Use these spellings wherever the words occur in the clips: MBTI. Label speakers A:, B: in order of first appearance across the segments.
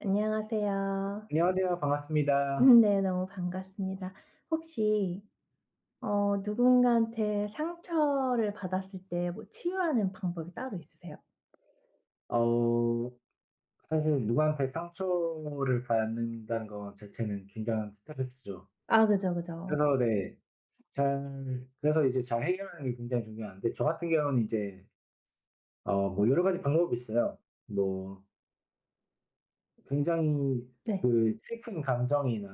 A: 안녕하세요.
B: 안녕하세요. 반갑습니다.
A: 네 너무 반갑습니다. 혹시 누군가한테 상처를 받았을 때 뭐 치유하는 방법이 따로 있으세요?
B: 어 사실 누구한테 상처를 받는다는 거 자체는 굉장한 스트레스죠.
A: 아 그죠, 그죠.
B: 그래서 네. 잘 그래서 이제 잘 해결하는 게 굉장히 중요한데 저 같은 경우는 이제 뭐 여러 가지 방법이 있어요. 뭐 굉장히
A: 네.
B: 그 슬픈 감정이나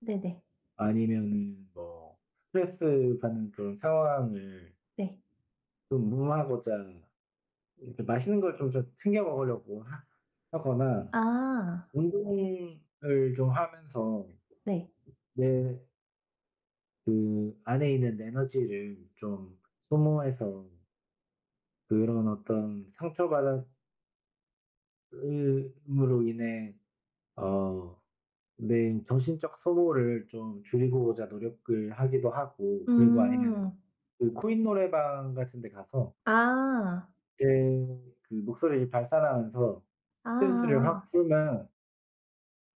A: 네네. 네.
B: 아니면은 뭐 스트레스 받는 그런 상황을
A: 네.
B: 좀 무마하고자 이렇게 맛있는 걸 좀 챙겨 먹으려고 하 하거나
A: 아
B: 운동을 좀 하면서
A: 네.
B: 내 그 안에 있는 에너지를 좀 소모해서 그런 어떤 상처받음으로 인해 어 내 정신적 소모를 좀 줄이고자 노력을 하기도 하고, 그리고 아니면은
A: 음.
B: 그 코인 노래방 같은 데 가서
A: 아.
B: 제 그 목소리를 발산하면서 스트레스를 확
A: 아아아.
B: 풀면.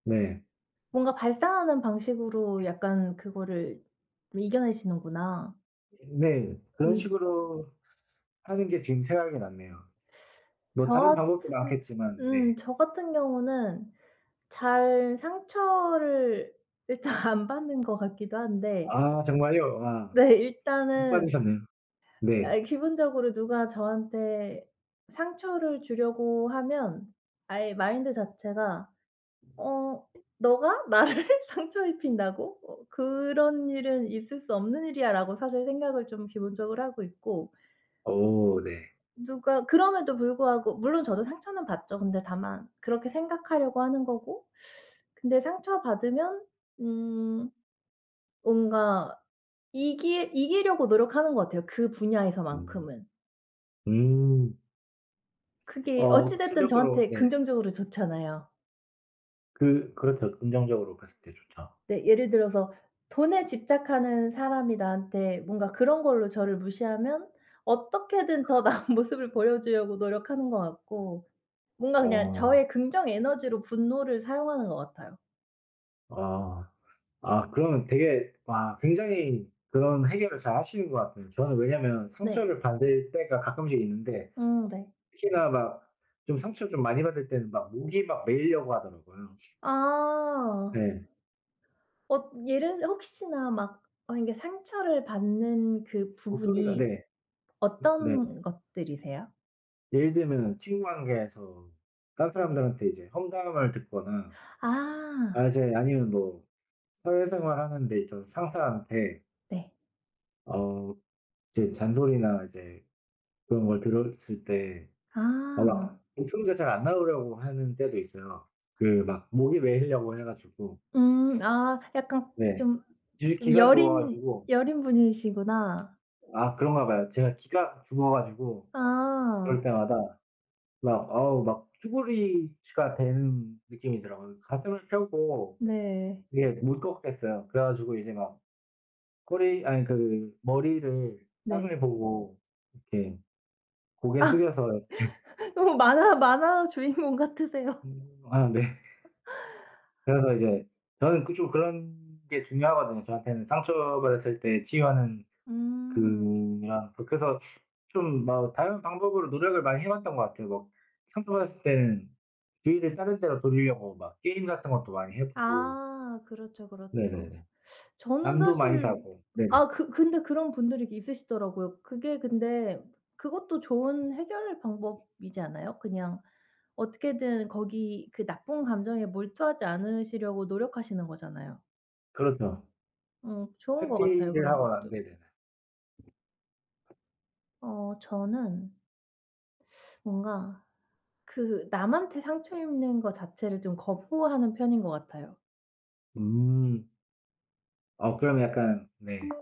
B: 네.
A: 뭔가 발산하는 방식으로 약간 그거를 좀 이겨내시는구나.
B: 네. 그런
A: 음
B: 식으로 하는 게 지금 생각이 났네요. 뭐
A: 저
B: 다른 방법도
A: 같은
B: 많겠지만
A: 음
B: 네.
A: 저 같은 경우는 잘 상처를 일단 안 받는 것 같기도 한데
B: 아 정말요? 아
A: 네
B: 못
A: 일단은.
B: 받으셨네요.
A: 아
B: 네.
A: 기본적으로 누가 저한테 상처를 주려고 하면 아예 마인드 자체가 '어 너가 나를 상처 입힌다고? 어 그런 일은 있을 수 없는 일이야.'라고 사실 생각을 좀 기본적으로 하고 있고,
B: 오 네.
A: 누가 그럼에도 불구하고 물론 저도 상처는 받죠. 근데 다만 그렇게 생각하려고 하는 거고 근데 상처받으면 음 뭔가 이기려고 노력하는 것 같아요, 그
B: 음.
A: 분야에서만큼은.
B: 음.
A: 그게
B: 어
A: 어찌 됐든
B: 구체적으로
A: 저한테
B: 네.
A: 긍정적으로 좋잖아요.
B: 그렇죠. 긍정적으로 봤을 때 좋죠.
A: 네 예를 들어서 돈에 집착하는 사람이 나한테 뭔가 그런 걸로 저를 무시하면 어떻게든 더 나은 모습을 보여주려고 노력하는 것 같고, 뭔가 그냥
B: 어.
A: 저의 긍정 에너지로 분노를 사용하는 것 같아요.
B: 아. 아 그러면 되게 와 굉장히 그런 해결을 잘 하시는 것 같아요. 저는 왜냐면
A: 네.
B: 상처를 받을 때가 가끔씩 있는데
A: 네.
B: 특히나 막 좀 상처 좀 많이 받을 때는 막 목이 막 메이려고 하더라고요.
A: 아.
B: 네.
A: 어 예를 혹시나 막 어 이게 상처를 받는 그
B: 목소리가
A: 부분이
B: 네. 네.
A: 어떤 것들이세요?
B: 예를 들면 친구 관계에서 딴 사람들한테 이제 험담을 듣거나
A: 아
B: 아 이제 아니면 뭐 사회생활 하는 데 있어서 상사한테
A: 네.
B: 어 이제 잔소리나 이제 그런 걸 들었을 때
A: 아.
B: 막 목소리가 잘 안 나오려고 하는 때도 있어요. 그 막 목이 메이려고 해 가지고
A: 아 약간
B: 네.
A: 좀
B: 귀
A: 좀
B: 귀가 죽어
A: 여린
B: 가지고.
A: 여린 분이시구나.
B: 아 그런가 봐요. 제가 귀가 죽어 가지고
A: 아
B: 그럴 때마다 막 어우 막 쭈구리가 되는 느낌이더라고요. 가슴을 펴고
A: 네.
B: 그게 못걷였어요. 그래 가지고 이제 막 꼬리 아니 그 머리를
A: 네.
B: 땅을 보고 이렇게 고개 숙여서
A: 너무 만화 주인공 같으세요.
B: 하는데 그래서 이제 저는 그 좀 그런 게 중요하거든요. 저한테는 상처받았을 때 치유하는
A: 음.
B: 그런, 그래서 좀 막 다양한 방법으로 노력을 많이 해 왔던 것 같아요. 막 상처받았을 때는 주의를 다른 데로 돌리려고 막 게임 같은 것도 많이 해 보고.
A: 아 그렇죠, 그렇죠.
B: 네네네.
A: 저는
B: 잠도 많이
A: 사실
B: 자고. 네네.
A: 아 그 근데 그런 분들이 있으시더라고요. 그게 근데 그것도 좋은 해결 방법이지 않아요? 그냥 어떻게든 거기 그 나쁜 감정에 몰두하지 않으시려고 노력하시는 거잖아요.
B: 그렇죠.
A: 좋은 것 같아요
B: 회피를
A: 그런
B: 하거나.
A: 것도.
B: 네네.
A: 어 저는 뭔가 그 남한테 상처 입는 거 자체를 좀 거부하는 편인 것 같아요.
B: 음. 어 그럼 약간 네.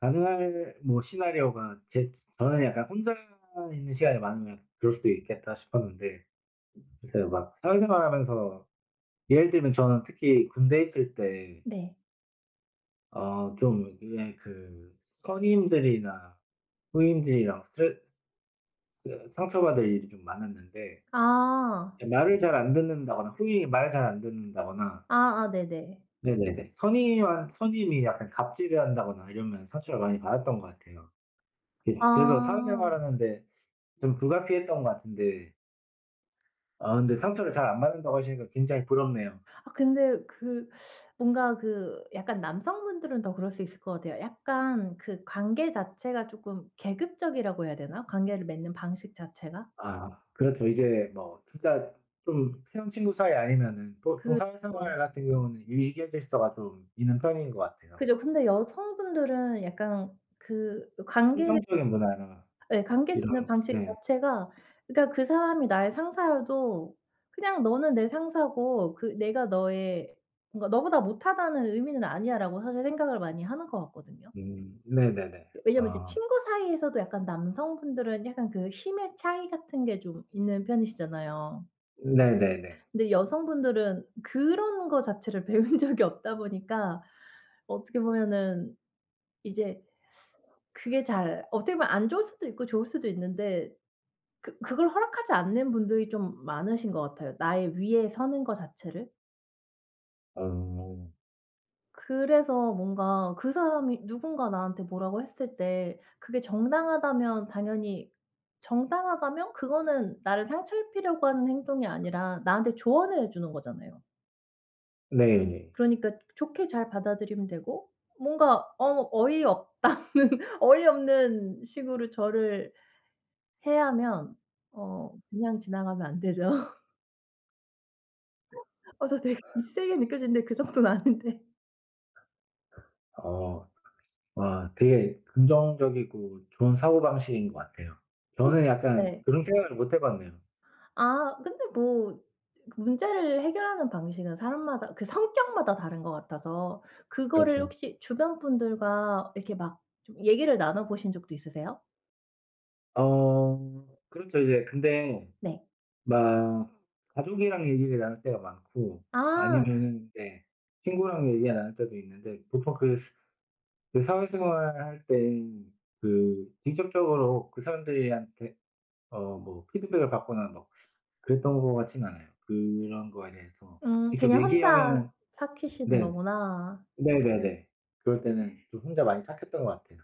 B: 가능할 뭐 시나리오가 제 저는 약간 혼자 있는 시간이 많으면 그럴 수도 있겠다 싶었는데 글쎄요, 막 사회생활하면서. 예를 들면 저는 특히 군대에 있을 때
A: 네.
B: 좀 이게 그 선임들이나 후임들이랑 스트레스 상처받을 일이 좀 많았는데,
A: 아.
B: 이제 말을 잘 안 듣는다거나 후임이 말을 잘 안 듣는다거나.
A: 아아 네네.
B: 네네네. 선임한 선임이 약간 갑질을 한다거나 이러면 상처를 많이 받았던 것 같아요. 예. 그래서
A: 아.
B: 사회생활 하는데 좀 불가피했던 것 같은데, 아 근데 상처를 잘 안 받는다고 하시니까 굉장히 부럽네요.
A: 아 근데 그 뭔가 그 약간 남성분들은 더 그럴 수 있을 것 같아요. 약간 그 관계 자체가 조금 계급적이라고 해야 되나? 관계를 맺는 방식 자체가?
B: 아 그렇죠. 이제 뭐 진짜 좀 친한 친구 사이 아니면은 보통
A: 그죠.
B: 사회생활 같은 경우는 유익해 질서가 좀 있는 편인 것 같아요.
A: 그죠. 근데 여성분들은 약간 그
B: 환경
A: 관계를
B: 적인 문화나
A: 예 관계 짓는
B: 이런.
A: 방식
B: 네.
A: 자체가, 그러니까 그 사람이 나의 상사여도 그냥 "너는 내 상사고 그 내가 너의 뭔가 너보다 못하다는 의미는 아니야."라고 사실 생각을 많이 하는 것 같거든요.
B: 네네네.
A: 왜냐면 이제
B: 아
A: 친구 사이에서도 약간 남성분들은 약간 그 힘의 차이 같은 게 좀 있는 편이시잖아요.
B: 네네네.
A: 근데 여성분들은 그런 거 자체를 배운 적이 없다 보니까 어떻게 보면은 이제 그게 잘 어떻게 보면 안 좋을 수도 있고 좋을 수도 있는데 그 그걸 허락하지 않는 분들이 좀 많으신 것 같아요, 나의 위에 서는 거 자체를.
B: 어
A: 그래서 뭔가 그 사람이 누군가 나한테 뭐라고 했을 때 그게 정당하다면 당연히 정당하다면 그거는 나를 상처 입히려고 하는 행동이 아니라 나한테 조언을 해 주는 거잖아요.
B: 네.
A: 그러니까 좋게 잘 받아들이면 되고, 뭔가 어 어이없다는 어이없는 식으로 저를 해야면 어 그냥 지나가면 안 되죠. 어 저 되게 빗세게 느껴지는데 그 정도는 아닌데.
B: 어 와 되게 긍정적이고 좋은 사고방식인 것 같아요.
A: 혹시
B: 저는 약간
A: 네.
B: 그런 생각을 못해 봤네요.
A: 아 근데 뭐 문제를 해결하는 방식은 사람마다 그 성격마다 다른 것 같아서 그거를
B: 그렇죠.
A: 혹시 주변 분들과 이렇게 막 좀 얘기를 나눠 보신 적도 있으세요?
B: 그렇죠. 이제 근데
A: 네.
B: 막 가족이랑 얘기를 나눌 때가 많고,
A: 아.
B: 아니면은 네 친구랑 얘기가 나눌 때도 있는데 보통 그 스 그 사회생활 할 때 그 직접적으로 그 사람들한테 뭐 피드백을 받거나 뭐 그랬던 것 같지는 않아요. 그런 거에 대해서 직접
A: 그냥 혼자
B: 얘기하면은.
A: 삭히시는
B: 네.
A: 거구나.
B: 네네네. 그럴 때는 좀 혼자 많이 삭혔던 것 같아요.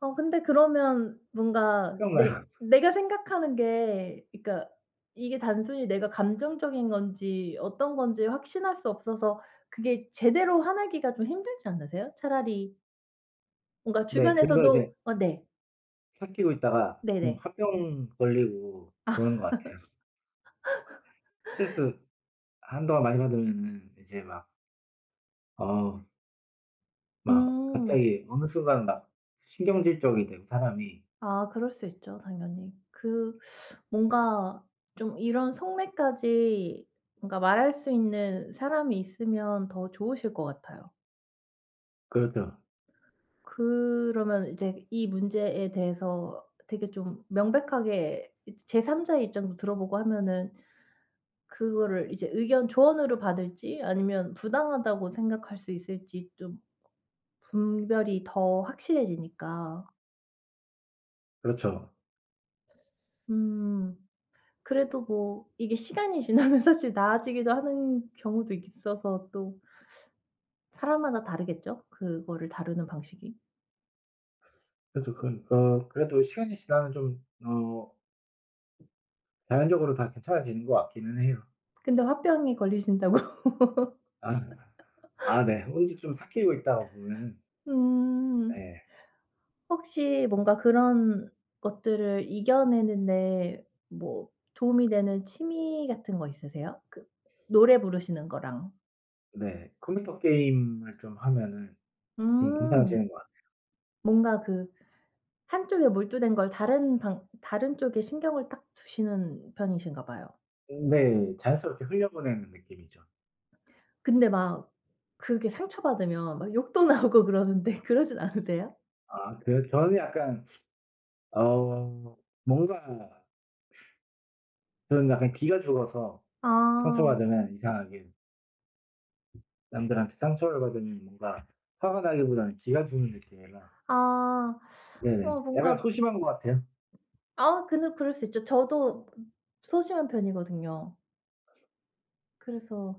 A: 어 근데 그러면 뭔가
B: 혼자
A: 내
B: 나요.
A: 내가 생각하는 게 그러니까 이게 단순히 내가 감정적인 건지 어떤 건지 확신할 수 없어서 그게 제대로 화내기가 좀 힘들지 않으세요? 차라리 뭔가
B: 네. 그래서 이제
A: 주변에서도 어 네.
B: 삭히고 있다가 좀
A: 네네.
B: 화병 걸리고 그러는 것 같아요. 스트레스 한동안 많이 받으면은 이제 막 어 막
A: 음.
B: 갑자기 어느 순간 막 신경질 적이 되고 사람이.
A: 아 그럴 수 있죠 당연히. 그 뭔가 좀 이런 속내까지 뭔가 말할 수 있는 사람이 있으면 더 좋으실 것 같아요.
B: 그렇죠.
A: 그러면 이제 이 문제에 대해서 되게 좀 명백하게 제3 자의 입장도 들어보고 하면은 그거를 이제 의견 조언으로 받을지 아니면 부당하다고 생각할 수 있을지 좀 분별이 더 확실해지니까.
B: 그렇죠.
A: 음. 그래도 뭐 이게 시간이 지나면 사실 나아지기도 하는 경우도 있어서 또 사람마다 다르겠죠? 그거를 다루는 방식이.
B: 그렇죠. 그래도 시간이 지나면 좀 자연적으로 다 괜찮아지는 것 같기는 해요.
A: 근데 화병이 걸리신다고?
B: 아 아 네. 혼자 좀 삭히고 있다가 보면은.
A: 음.
B: 네.
A: 혹시 뭔가 그런 것들을 이겨내는 데 뭐 도움이 되는 취미 같은 거 있으세요? 그 노래 부르시는 거랑.
B: 네. 컴퓨터 게임을 좀 하면은 좀
A: 음.
B: 괜찮아지는 것
A: 뭔가 그 한쪽에 몰두된 걸 다른 방 다른 쪽에 신경을 딱 두시는 편이신가 봐요.
B: 같아요. 네. 자연스럽게 흘려보내는 느낌이죠.
A: 근데 막 그게 상처받으면 막 욕도 나오고 그러는데 그러진 않으세요?
B: 아 그 어 뭔가 저는 약간 기가 죽어서
A: 아.
B: 상처받으면 이상하게 남들한테 상처를 받으면 뭔가 화가 나기보다는 기가 죽는 느낌이라.
A: 아.
B: 네네
A: 어
B: 약간
A: 뭔가
B: 소심한 것 같아요.
A: 아 근데 그럴 수 있죠. 저도 소심한 편이거든요. 그래서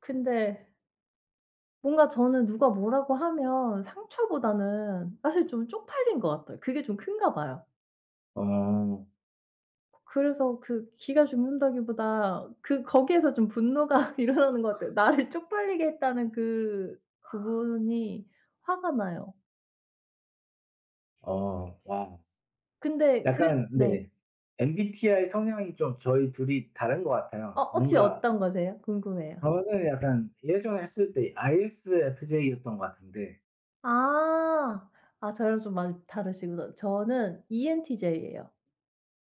A: 근데 뭔가 저는 누가 뭐라고 하면 상처보다는 사실 좀 쪽팔린 것 같아요. 그게 좀 큰가 봐요.
B: 어.
A: 그래서 그 기가 죽는다기보다 그 거기에서 좀 분노가 일어나는 것 같아요. 나를 쪽팔리게 했다는 그 부분이 화가 나요.
B: 어. 와.
A: 근데 그래
B: 약간
A: 네.
B: 네. MBTI 성향이 좀 저희 둘이 다른 것 같아요.
A: 어 혹시
B: 뭔가
A: 어떤 거세요? 궁금해요.
B: 저는 약간 예전에 했을 때 ISFJ였던 것 같은데.
A: 아. 아 저랑 좀 많이 다르시구나. 저는 ENTJ예요.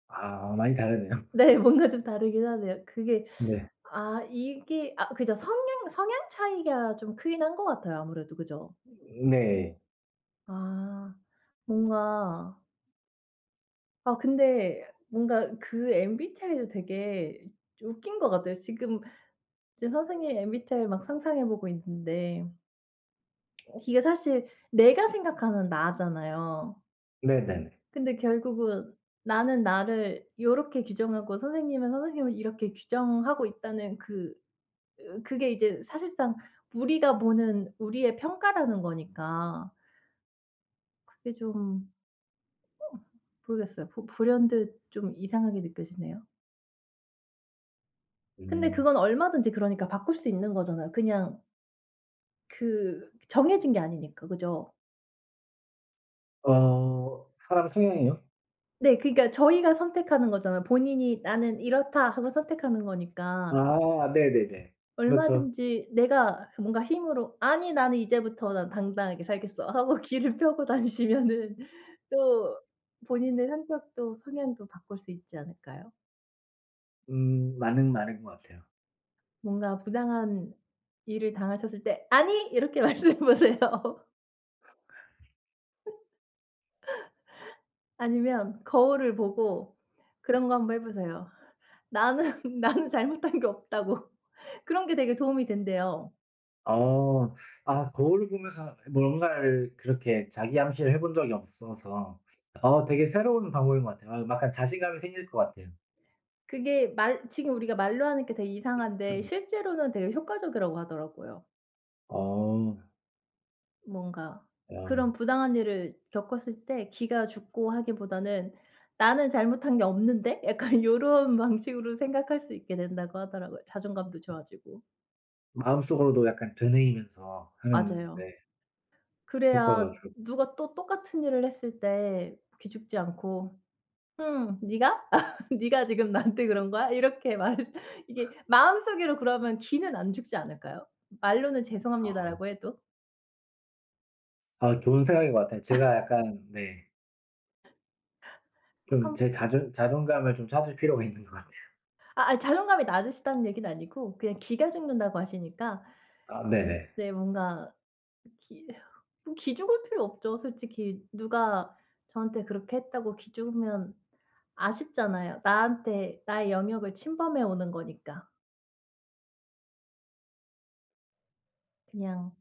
B: 아 많이 다르네요.
A: 네. 뭔가 좀 다르긴 하네요. 그게
B: 네.
A: 아 이게 아 그죠. 성향 차이가 좀 크긴 한 것 같아요 아무래도. 그죠?
B: 네.
A: 아 뭔가 아 근데 뭔가 그 MBTI도 되게 웃긴 것 같아요. 지금 이제 선생님 MBTI를 막 상상해 보고 있는데 이게 사실 내가 생각하는 나잖아요.
B: 네네네.
A: 근데 결국은 나는 나를 요렇게 규정하고 선생님은 선생님을 이렇게 규정하고 있다는 그 으 그게 이제 사실상 우리가 보는 우리의 평가라는 거니까 그게 좀 어 모르겠어요. 보 불현듯 좀 이상하게 느껴지네요. 근데
B: 음.
A: 그건 얼마든지 그러니까 바꿀 수 있는 거잖아요. 그냥 그 정해진 게 아니니까. 그죠?
B: 어 사람 성향이요?
A: 네. 그러니까 저희가 선택하는 거잖아요. 본인이 '나는 이렇다.' 하고 선택하는 거니까
B: 아 네네네. 그렇죠.
A: 얼마든지 내가 뭔가 힘으로 '아니 나는 이제부터 난 당당하게 살겠어.' 하고 길을 펴고 다니시면은 또 본인의 성격도 성향도 바꿀 수 있지 않을까요?
B: 많은 능인것 같아요.
A: 뭔가 부당한 일을 당하셨을 때 "아니!" 이렇게 말씀해 보세요. 아니면 거울을 보고 그런 거 한번 해 보세요. "나는 나는 잘못한 게 없다고." 그런 게 되게 도움이 된대요.
B: 어 아 거울을 보면서 뭔가를 그렇게 자기 암시를 해본 적이 없어서 되게 새로운 방법인 것 같아요. 아 약간 자신감이 생길 것 같아요.
A: 그게 말 지금 우리가 말로 하는 게 되게 이상한데
B: 음.
A: 실제로는 되게 효과적이라고 하더라고요.
B: 어.
A: 뭔가 그런
B: 야.
A: 부당한 일을 겪었을 때 기가 죽고 하기보다는 '나는 잘못한 게 없는데?' 약간 요런 방식으로 생각할 수 있게 된다고 하더라고요. 자존감도 좋아지고.
B: 마음속으로도 약간 되뇌이면서 하는
A: 맞아요.
B: 네 효과가
A: 그래야
B: 좀.
A: 누가 또 똑같은 일을 했을 때 기죽지 않고 '음 네가? 네가 지금 나한테 그런 거야?' 이렇게 말 이게 마음속으로 그러면 기는 안 죽지 않을까요? 말로는
B: 아.
A: "죄송합니다."라고 해도.
B: 아 좋은 생각인 것 같아요. 제가 약간 네
A: 꼭
B: 좀
A: 한
B: 제 자존감을 좀 찾을 필요가 있는 것 같아요.
A: 아 아 자존감이 낮으시다는 얘기는 아니고 그냥 기가 죽는다고 하시니까
B: 아 네네.
A: 네 뭔가 기 뭐 기죽을 필요 없죠. 솔직히 누가 저한테 그렇게 했다고 기죽으면 아쉽잖아요. 나한테 나의 영역을 침범해 오는 거니까. 그냥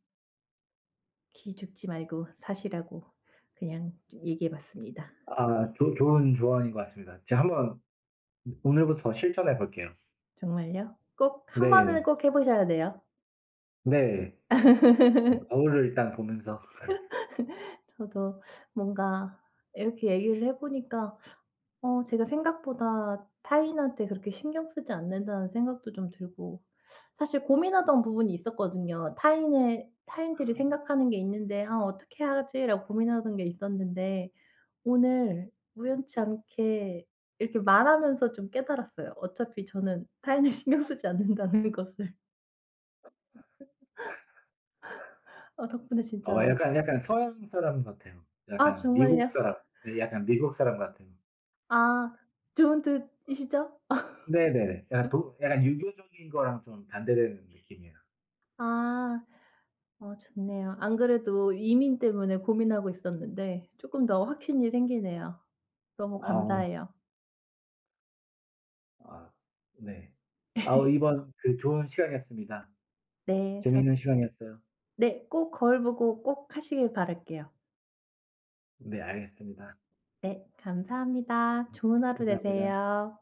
A: 기죽지 말고 사시라고 그냥 얘기해 봤습니다.
B: 아, 좋은 조언인 것 같습니다. 제가 한번 오늘부터 실천해 볼게요.
A: 정말요? 꼭 한
B: 네.
A: 번은 꼭 해 보셔야 돼요.
B: 네. 거울을 일단 보면서
A: 저도 뭔가 이렇게 얘기를 해 보니까 어 제가 생각보다 타인한테 그렇게 신경 쓰지 않는다는 생각도 좀 들고 사실 고민하던 부분이 있었거든요. 타인의 타인들이 생각하는 게 있는데 '아 어떻게 하지?'라고 고민하던 게 있었는데 오늘 우연치 않게 이렇게 말하면서 좀 깨달았어요. 어차피 저는 타인을 신경 쓰지 않는다는 것을. 어 덕분에 진짜.
B: 약간, 약간 서양 사람 같아요.
A: 아
B: 약간 미국
A: 정말요?
B: 사람. 네 약간 미국 사람 같아요.
A: 아 좋은 뜻이시죠?
B: 네네네. 약간 유교적인 거랑 좀 반대되는 느낌이에요.
A: 아. 어 좋네요. 안 그래도 이민 때문에 고민하고 있었는데 조금 더 확신이 생기네요. 너무
B: 아.
A: 감사해요.
B: 아 네. 아우 이번 그 좋은 시간이었습니다.
A: 네. 저.
B: 재미있는 시간이었어요.
A: 네. 꼭 거울 보고 꼭 하시길 바랄게요.
B: 네 알겠습니다.
A: 네. 감사합니다. 좋은 하루
B: 감사합니다.
A: 되세요.